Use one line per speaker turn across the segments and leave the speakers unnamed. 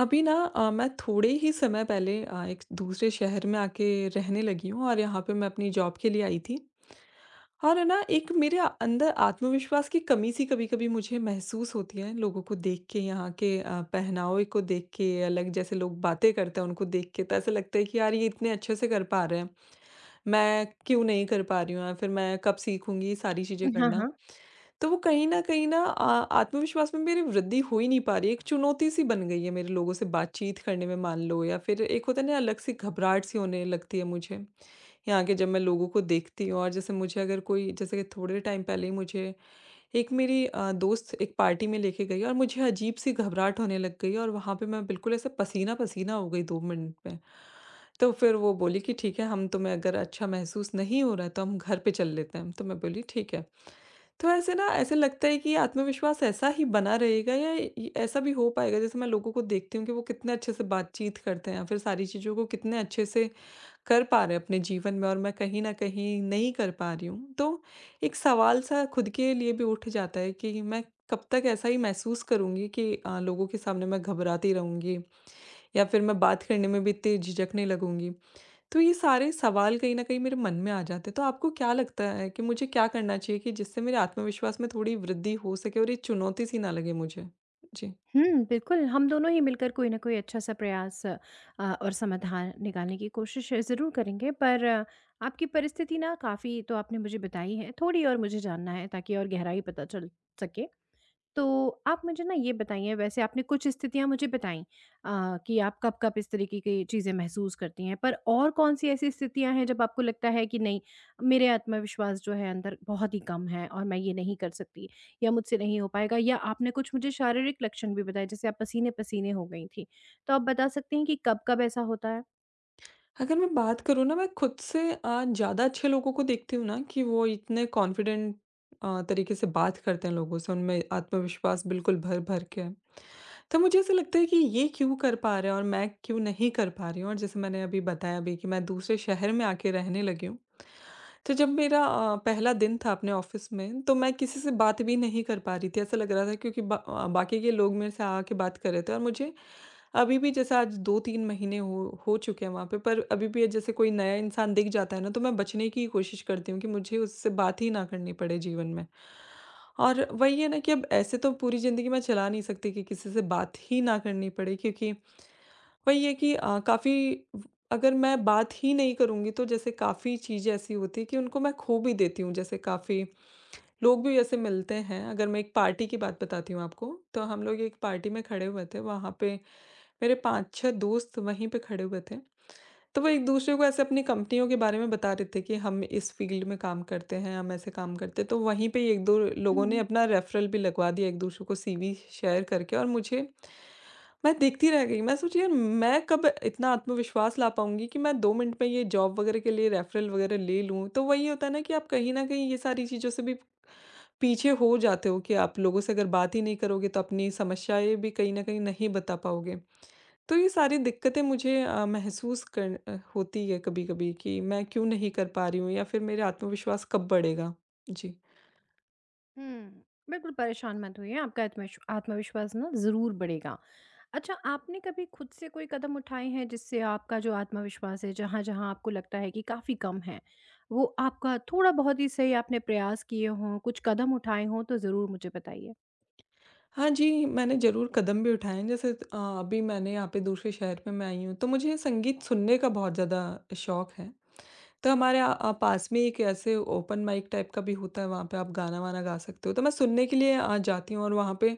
अभी ना मैं थोड़े ही समय पहले एक दूसरे शहर में आके रहने लगी हूँ और यहाँ पे मैं अपनी जॉब के लिए आई थी। और है ना, एक मेरे अंदर आत्मविश्वास की कमी सी कभी-कभी मुझे महसूस होती है, लोगों को देख के, यहाँ के पहनावे को देख के। अलग जैसे लोग बातें करते हैं, उनको देख के तो ऐसा लगता है कि यार, ये इतने अच्छे से कर पा रहे हैं। मैं क्यों नहीं कर पा रही हूँ, या फिर मैं कब सीखूँगी ये सारी चीज़ें
हाँ,
करना।
हाँ।
तो वो कहीं न कहीं ना, आत्मविश्वास में मेरी वृद्धि हो ही नहीं पा रही है। एक चुनौती-सी बन गई है मेरे, लोगों से बातचीत करने में, मान लो। या फिर एक होता है ना, अलग-सी घबराहट-सी होने लगती है मुझे। यहाँ के जब मैं लोगों को देखती हूँ, और जैसे मुझे, अगर कोई, जैसे कि थोड़े टाइम पहले ही मुझे एक मेरी दोस्त एक पार्टी में लेके गई, और मुझे अजीब सी घबराहट होने लग गई, और वहाँ पे मैं बिल्कुल ऐसे पसीना-पसीना हो गई 2 मिनट में। तो फिर वो बोली कि ठीक है, हम तुम्हें अगर अच्छा महसूस नहीं हो रहा है तो हम घर पे चल लेते हैं। तो मैं बोली, ठीक है। तो ऐसे ना, ऐसे लगता है कि आत्मविश्वास ऐसा ही बना रहेगा, या ये ऐसा भी हो पाएगा जैसे मैं लोगों को देखती हूँ कि वो कितने अच्छे से बातचीत करते हैं, या फिर सारी चीज़ों को कितने अच्छे से कर पा रहे हैं अपने जीवन में, और मैं कहीं न कहीं नहीं कर पा रही हूँ। तो एक सवाल-सा खुद के लिए भी उठ जाता है कि मैं कब तक ऐसा ही महसूस करूँगी, कि लोगों के सामने मैं घबराती रहूँगी, या फिर मैं बात करने में भी इतनी झिझकने लगूँगी। तो ये सारे सवाल कहीं न कहीं मेरे मन में आ जाते हैं। तो आपको क्या लगता है, कि मुझे क्या करना चाहिए, कि जिससे मेरे आत्मविश्वास में थोड़ी वृद्धि हो सके, और ये चुनौती सी ना लगे मुझे? जी।
हुँ, बिल्कुल, हम दोनों ही मिलकर कोई न कोई अच्छा-सा प्रयास और समाधान निकालने की कोशिश ज़रूर करेंगे, पर आपकी परिस्थिति ना काफ़ी तो आपने मुझे बताई है, थोड़ी और मुझे जानना है ताकि और गहराई पता चल सके। तो आप मुझे ना ये बताइए, वैसे आपने कुछ स्थितियाँ मुझे बताईं कि आप कब-कब इस तरीके की चीज़ें महसूस करती हैं, पर और कौन-सी ऐसी स्थितियाँ हैं जब आपको लगता है कि नहीं, मेरे आत्मविश्वास जो है अंदर बहुत ही कम है और मैं ये नहीं कर सकती या मुझसे नहीं हो पाएगा, या आपने कुछ मुझे शारीरिक लक्षण भी बताए, जैसे आप पसीने-पसीने हो गई थीं। तो आप बता सकती हैं कि कब-कब ऐसा होता है?
अगर मैं बात करूँ ना, मैं खुद से ज़्यादा अच्छे लोगों को देखती हूँ ना, कि वो इतने कॉन्फिडेंट तरीके से बात करते हैं लोगों से, उनमें आत्मविश्वास बिल्कुल भर-भर के है। तो मुझे ऐसा लगता है कि ये क्यों कर पा रहे हैं और मैं क्यों नहीं कर पा रही हूँ, और जैसे मैंने अभी बताया भी कि मैं दूसरे शहर में आके रहने लगी हूँ। तो जब मेरा पहला दिन था अपने ऑफ़िस में, तो मैं किसी से बात भी नहीं कर पा रही थी। ऐसा लग रहा था, क्योंकि बाकी के लोग मेरे से आके बात कर रहे थे, और मुझे अभी भी, जैसे आज 2-3 महीने हो चुके हैं वहाँ पे, पर अभी भी जैसे कोई नया इंसान दिख जाता है ना, तो मैं बचने की कोशिश करती हूँ कि मुझे उससे बात ही ना करनी पड़े जीवन में। और वही है ना, कि अब ऐसे तो पूरी ज़िंदगी मैं चला नहीं सकती कि किसी से बात ही ना करनी पड़े, क्योंकि वही है कि काफ़ी, अगर मैं बात ही नहीं करूँगी तो जैसे काफ़ी चीज़ें ऐसी होती है कि उनको मैं खो भी देती हूँ। जैसे काफ़ी लोग भी ऐसे मिलते हैं, अगर मैं एक पार्टी की बात बताती हूँ आपको, तो हम लोग एक पार्टी में खड़े हुए थे, वहाँ पे मेरे 5-6 दोस्त वहीं पे खड़े हुए थे। तो वो एक-दूसरे को ऐसे अपनी कंपनियों के बारे में बता रहे थे कि हम इस फ़ील्ड में काम करते हैं, हम ऐसे काम करते हैं। तो वहीं पे 1-2
हुँ,
लोगों ने
हुँ।
अपना रेफ़रल भी लगवा दिया एक-दूसरे को सीवी शेयर करके, और मुझे मैं देखती रह गई। मैं सोची यार, मैं कब इतना आत्मविश्वास ला पाऊँगी कि मैं 2 मिनट में ये जॉब वगैरह के लिए रेफ़रल वगैरह ले लूँ। तो वही होता है ना, कि आप कहीं न कहीं ये सारी चीज़ों से भी पीछे हो जाते हो, कि आप लोगों से अगर बात ही नहीं करोगे तो अपनी समस्याएँ भी कहीं न कहीं नहीं बता पाओगे। तो ये सारी दिक्कतें मुझे होती है कभी-कभी, कि मैं क्यों नहीं कर पा रही हूँ या फिर मेरा आत्मविश्वास कब बढ़ेगा? जी।
हुँ। बिल्कुल परेशान मत होइए, आपका आत्मविश्वास ना ज़रूर बढ़ेगा। अच्छा, आपने कभी खुद से कोई कदम उठाए हैं जिससे आपका जो आत्मविश्वास है, जहाँ-जहाँ आपको लगता है कि काफ़ी कम है, वो आपका थोड़ा बहुत ही सही आपने प्रयास किए हों, कुछ कदम उठाए हों तो ज़रूर मुझे बताइए?
हाँ जी, मैंने ज़रूर कदम भी उठाए हैं, जैसे अभी मैंने यहाँ पे दूसरे शहर में मैं आई हूँ, तो मुझे संगीत सुनने का बहुत ज़्यादा शौक है। तो हमारे पास में एक ऐसे ओपन माइक टाइप का भी होता है, वहाँ पे आप गाना-वाना गा सकते हो। तो मैं सुनने के लिए जाती हूँ, और वहाँ पे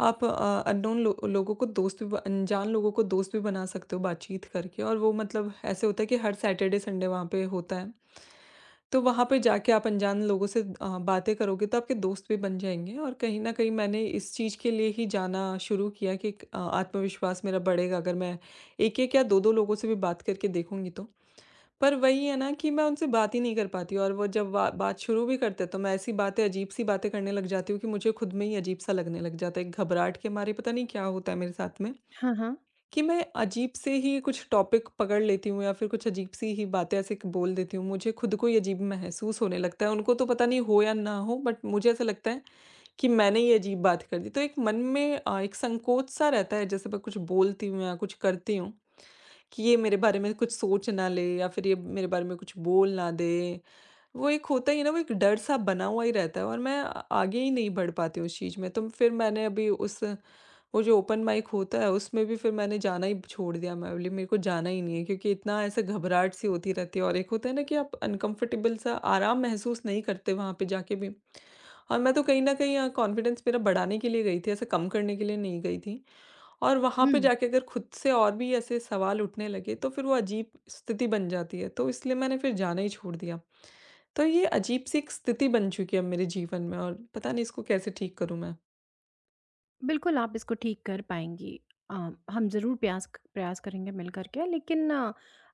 आप अननोन लो लोगों को दोस्त भी ब अनजान लोगों को दोस्त भी बना सकते हो बातचीत करके, और वो मतलब ऐसे होता है कि हर सैटरडे, संडे वहाँ पे होता है। तो वहाँ पे जाके आप अनजान लोगों से बातें करोगे तो आपके दोस्त भी बन जाएँगे, और कहीं न कहीं मैंने इस चीज़ के लिए ही जाना शुरू किया, कि एक आत्मविश्वास मेरा बढ़ेगा, अगर मैं 1-1 या 2-2 लोगों से भी बात करके देखूँगी तो। पर वही है ना, कि मैं उनसे बात ही नहीं कर पाती हूँ, और वो जब बा बात शुरू भी करते हैं तो मैं ऐसी बातें, अजीब-सी बातें करने लग जाती हूँ, कि मुझे खुद में ही अजीब-सा लगने लग जाता है। एक घबराहट के मारे पता नहीं क्या होता है मेरे साथ में,
हाँ, हाँ।
कि मैं अजीब से ही कुछ टॉपिक पकड़ लेती हूँ, या फिर कुछ अजीब-सी ही बातें ऐसे क बोल देती हूँ। मुझे खुद को ही अजीब महसूस होने लगता है। उनको तो पता नहीं हो या ना हो, बट मुझे ऐसा लगता है कि मैंने ये अजीब बात कर दी। तो एक मन में एक संकोच-सा रहता है, जैसे मैं कुछ बोलती हूँ या कुछ करती हूँ, कि ये मेरे बारे में कुछ सोच ना ले, या फिर ये मेरे बारे में कुछ बोल ना दे। वो एक होता ही है ना, वो एक डर सा बना हुआ ही रहता है, और मैं आ आगे ही नहीं बढ़ पाती उस चीज़ में। तो फिर मैंने अभी उस वो जो ओपन माइक होता है उसमें भी फिर मैंने जाना ही छोड़ दिया। मैं बोली मेरे को जाना ही नहीं है, क्योंकि इतना ऐसे घबराहट सी होती रहती है, और एक होता है ना, कि आप अनकम्फर्टेबल सा, आराम महसूस नहीं करते वहाँ पे जाके भी। और मैं तो कहीं न कहीं कॉन्फिडेंस मेरा बढ़ाने के लिए गई थी, ऐसे कम करने के लिए नहीं गई थी। और वहाँ पे
हुँ।
जाके अगर खुद से और भी ऐसे सवाल उठने लगे तो फिर वो अजीब स्थिति बन जाती है, तो इसलिए मैंने फिर जाना ही छोड़ दिया। तो ये अजीब-सी एक स्थिति बन चुकी है अब मेरे जीवन में, और पता नहीं इसको कैसे ठीक करूँ मैं।
बिल्कुल, आप इसको ठीक कर पाएँगी। अ, हम ज़रूर प्रयास करेंगे मिल कर के, लेकिन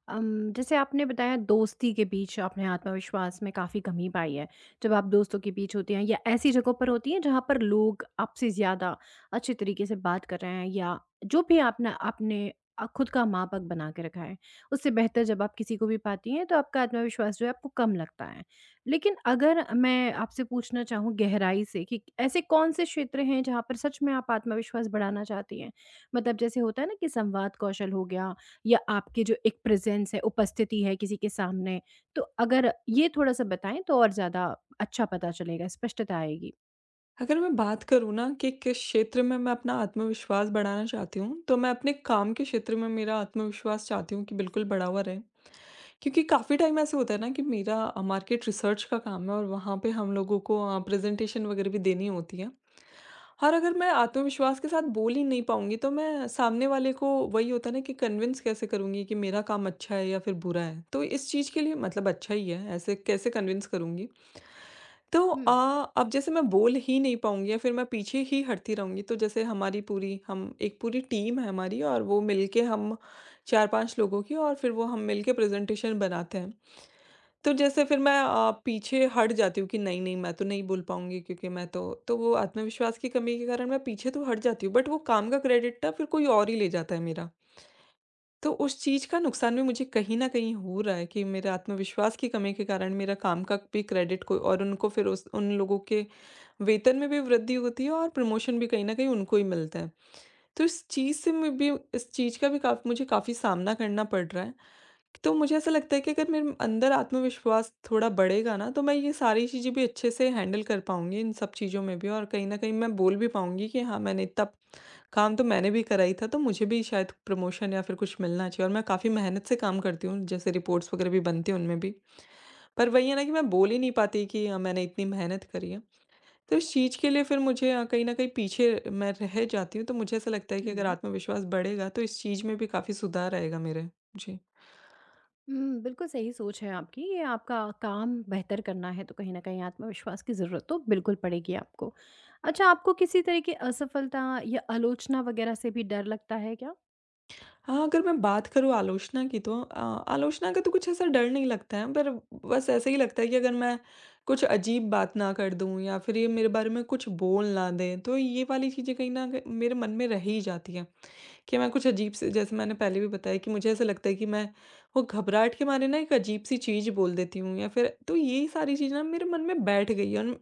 जैसे आपने बताया, दोस्ती के बीच आपने आत्मविश्वास में काफ़ी कमी पाई है। जब आप दोस्तों के बीच होती हैं या ऐसी जगहों पर होती हैं जहाँ पर लोग आपसे ज़्यादा अच्छे तरीके से बात कर रहे हैं, या जो भी आपने आपने अ, खुद का मापक बना के रखा है, उससे बेहतर जब आप किसी को भी पाती हैं, तो आपका आत्मविश्वास जो है आपको कम लगता है। लेकिन अगर मैं आपसे पूछना चाहूँ गहराई से कि ऐसे कौन से क्षेत्र हैं जहाँ पर सच में आप आत्मविश्वास बढ़ाना चाहती हैं? मतलब जैसे होता है ना कि संवाद कौशल हो गया, या आपके जो एक प्रेज़ेंस है, उपस्थिति है किसी के सामने, तो अगर ये थोड़ा-सा बताएँ तो और ज़्यादा अच्छा पता चलेगा, स्पष्टता आएगी।
अगर मैं बात करूँ ना, कि किस क्षेत्र में मैं अपना आत्मविश्वास बढ़ाना चाहती हूँ, तो मैं अपने काम के क्षेत्र में मेरा आत्मविश्वास चाहती हूँ कि बिल्कुल बढ़ा हुआ रहे। क्योंकि काफ़ी टाइम ऐसे होता है ना, कि मेरा मार्केट रिसर्च का काम है, और वहाँ पे हम लोगों को प्रेज़ेंटेशन वगैरह भी देनी होती है। और अगर मैं आत्मविश्वास के साथ बोल ही नहीं पाऊँगी, तो मैं सामने वाले को, वही होता है ना, कि कन्विंस कैसे करूँगी कि मेरा काम अच्छा है या फिर बुरा है। तो इस चीज़ के लिए मतलब अच्छा ही है, ऐसे कैसे कन्विंस करूँगी। तो
हुँ,
अब जैसे मैं बोल ही नहीं पाऊँगी, या फिर मैं पीछे ही हटती रहूँगी, तो जैसे हमारी पूरी हम एक पूरी टीम है हमारी, और वो मिलके हम 4-5 लोगों की, और फिर वो हम मिलके प्रेज़ेंटेशन बनाते हैं। तो जैसे फिर मैं पीछे हट जाती हूँ कि नहीं-नहीं, मैं तो नहीं बोल पाऊँगी, क्योंकि मैं तो वो आत्मविश्वास की कमी के कारण मैं पीछे तो हट जाती हूँ, बट वो काम का क्रेडिट ना फिर कोई और ही ले जाता है मेरा। तो उस चीज़ का नुकसान भी मुझे कहीं न कहीं हो रहा है, कि मेरे आत्मविश्वास की कमी के कारण मेरा काम का भी क्रेडिट को और उनको, फिर उस उन लोगों के वेतन में भी वृद्धि होती है, और प्रमोशन भी कहीं न कहीं उनको ही मिलता है। तो इस चीज़ से मैं भी, इस चीज़ का भी काफ़ मुझे काफ़ी सामना करना पड़ रहा है। तो मुझे ऐसा लगता है कि अगर मेरे अंदर आत्मविश्वास थोड़ा बढ़ेगा ना, तो मैं ये सारी चीज़ें भी अच्छे से हैंडल कर पाऊँगी इन सब चीज़ों में भी, और कहीं न कहीं मैं बोल भी पाऊँगी कि हाँ, मैंने इतना काम तो मैंने भी करा ही था, तो मुझे भी शायद प्रमोशन या फिर कुछ मिलना चाहिए, और मैं काफ़ी मेहनत से काम करती हूँ, जैसे रिपोर्ट्स वगैरह भी बनती हैं उनमें भी। पर वही है ना, कि मैं बोल ही नहीं पाती कि मैंने इतनी मेहनत करी है। तो इस चीज़ के लिए फिर मुझे कहीं न कहीं पीछे मैं रह जाती हूँ, तो मुझे ऐसा लगता है कि अगर
हुँ।
आत्मविश्वास बढ़ेगा, तो इस चीज़ में भी काफ़ी सुधार आएगा मेरे। जी।
हुँ, बिल्कुल सही सोच है आपकी। ये आपका काम बेहतर करना है, तो कहीं न कहीं आत्मविश्वास की ज़रूरत तो बिल्कुल पड़ेगी आपको। अच्छा, आपको किसी तरह की असफलता या आलोचना वग़ैरह से भी डर लगता है क्या?
हाँ, अगर मैं बात करूँ आलोचना की, तो आलोचना का तो कुछ ऐसा डर नहीं लगता है, पर बस ऐसे ही लगता है कि अगर मैं कुछ अजीब बात ना कर दूँ, या फिर ये मेरे बारे में कुछ बोल ना दें, तो ये वाली चीज़ें कहीं न कहीं मेरे मन में रह ही जाती हैं, कि मैं कुछ अजीब से, जैसे मैंने पहले भी बताया कि मुझे ऐसा लगता है कि मैं वो घबराहट के मारे ना, एक अजीब-सी चीज़ बोल देती हूँ, या फिर तो ये सारी चीज़ ना मेरे मन में बैठ गई है, और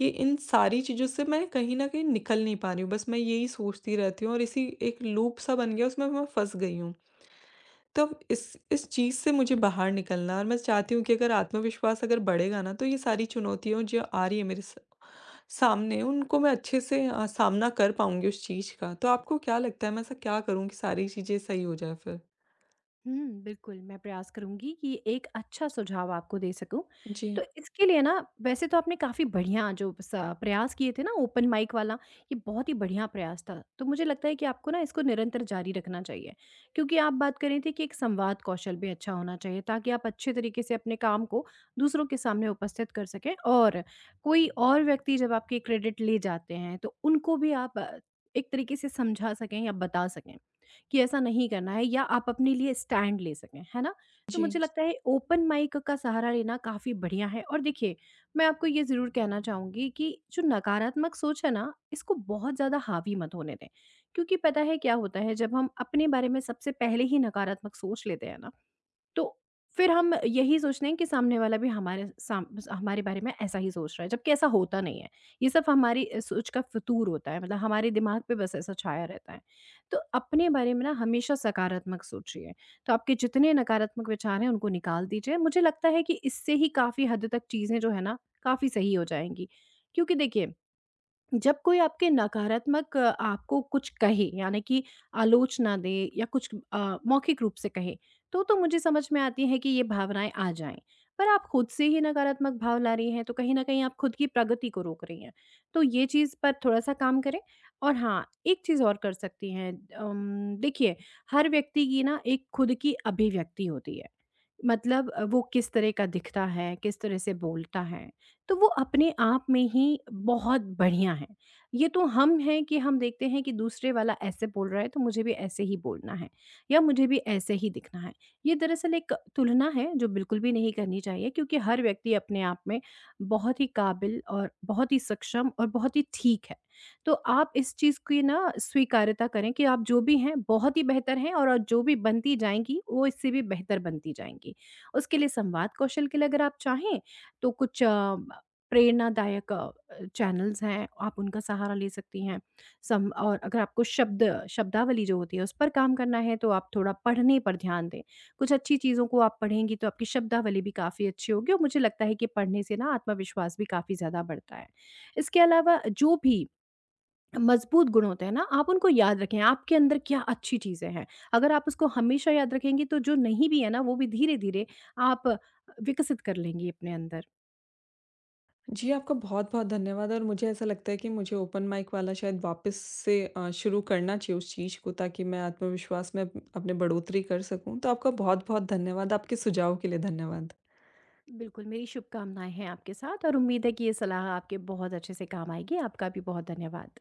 ये इन सारी चीज़ों से मैं कहीं न कहीं निकल नहीं पा रही हूँ। बस मैं यही सोचती रहती हूँ, और इसी एक लूप-सा बन गया, उसमें मैं फँस गई हूँ। तब इस चीज़ से मुझे बाहर निकलना, और मैं चाहती हूँ कि अगर आत्मविश्वास अगर बढ़ेगा ना, तो ये सारी चुनौतियाँ जो आ रही है मेरे स सामने, उनको मैं अच्छे से सामना कर पाऊँगी उस चीज़ का। तो आपको क्या लगता है, मैं ऐसा क्या करूँ कि सारी चीज़ें सही हो जाए फिर?
हुँ, बिल्कुल, मैं प्रयास करूँगी कि एक अच्छा सुझाव आपको दे सकूँ। तो
जी,
इसके लिए ना, वैसे तो आपने काफ़ी बढ़िया जो स प्रयास किए थे ना, ओपन माइक वाला, ये बहुत ही बढ़िया प्रयास था। तो मुझे लगता है कि आपको ना इसको निरंतर जारी रखना चाहिए। क्योंकि आप बात कर रहे थे कि एक संवाद कौशल भी अच्छा होना चाहिए ताकि आप अच्छे तरीके से अपने काम को दूसरों के सामने उपस्थित कर सकें, और कोई और व्यक्ति जब आपके क्रेडिट ले जाते हैं, तो उनको भी आप एक तरीके से समझा सकें या बता सकें। कि ऐसा नहीं करना है, या आप अपने लिए स्टैंड ले सकें, है ना? तो
जी।
मुझे लगता है ओपन माइक का सहारा लेना काफ़ी बढ़िया है, और देखिए, मैं आपको ये ज़रूर कहना चाहूँगी कि जो नकारात्मक सोच है ना, इसको बहुत ज़्यादा हावी मत होने दें। क्योंकि पता है क्या होता है, जब हम अपने बारे में सबसे पहले ही नकारात्मक सोच लेते हैं ना, तो फिर हम यही सोचते हैं कि सामने वाला भी हमारे बारे में ऐसा ही सोच रहा है, जबकि ऐसा होता नहीं है। ये सब हमारी सोच का फ़ितूर होता है, मतलब हमारे दिमाग पे बस ऐसा छाया रहता है। तो अपने बारे में ना हमेशा सकारात्मक सोचिए, तो आपके जितने नकारात्मक विचार हैं उनको निकाल दीजिए। मुझे लगता है कि इससे ही काफ़ी हद तक चीज़ें जो है ना, काफ़ी सही हो जाएँगी। क्योंकि देखिए, जब कोई आपके नकारात्मक आपको कुछ कहे, यानी कि आलोचना दे या कुछ मौखिक रूप से कहे, तो मुझे समझ में आती है कि ये भावनाएं आ जाएं, पर आप खुद से ही नकारात्मक भाव ला रही हैं, तो कहीं ना कहीं आप खुद की प्रगति को रोक रही हैं। तो ये चीज़ पर थोड़ा सा काम करें। और हाँ, एक चीज़ और कर सकती हैं। देखिए, हर व्यक्ति की ना एक खुद की अभिव्यक्ति होती है, मतलब वो किस तरह का दिखता है, किस तरह से बोलता है, तो वो अपने आप में ही बहुत बढ़िया है। ये तो हम हैं कि हम देखते हैं कि दूसरे वाला ऐसे बोल रहा है तो मुझे भी ऐसे ही बोलना है, या मुझे भी ऐसे ही दिखना है। ये दरअसल एक तुलना है जो बिल्कुल भी नहीं करनी चाहिए, क्योंकि हर व्यक्ति अपने आप में बहुत ही काबिल और बहुत ही सक्षम और बहुत ही ठीक है। तो आप इस चीज़ की ना स्वीकार्यता करें कि आप जो भी हैं बहुत ही बेहतर हैं, और जो भी बनती जाएँगी वो इससे भी बेहतर बनती जाएँगी। उसके लिए, संवाद कौशल के लिए अगर आप चाहें तो कुछ प्रेरणादायक चैनल्स हैं, आप उनका सहारा ले सकती हैं। सम और अगर आपको शब्दावली जो होती है उस पर काम करना है, तो आप थोड़ा पढ़ने पर ध्यान दें। कुछ अच्छी चीज़ों को आप पढ़ेंगी तो आपकी शब्दावली भी काफ़ी अच्छी होगी, और मुझे लगता है कि पढ़ने से ना आत्मविश्वास भी काफ़ी ज़्यादा बढ़ता है। इसके अलावा जो भी मज़बूत गुण होते हैं ना, आप उनको याद रखें, आपके अंदर क्या अच्छी चीज़ें हैं। अगर आप उसको हमेशा याद रखेंगी तो जो नहीं भी है ना, वो भी धीरे-धीरे आप विकसित कर लेंगी अपने अंदर।
जी, आपका बहुत-बहुत धन्यवाद, और मुझे ऐसा लगता है कि मुझे ओपन माइक वाला शायद वापस से शुरू करना चाहिए उस चीज़ को, ताकि मैं आत्मविश्वास में अप अपने बढ़ोतरी कर सकूँ। तो आपका बहुत-बहुत धन्यवाद, आपके सुझाव के लिए धन्यवाद।
बिल्कुल, मेरी शुभकामनाएँ हैं आपके साथ और उम्मीद है कि ये सलाह आपके बहुत अच्छे से काम आएगी। आपका भी बहुत धन्यवाद।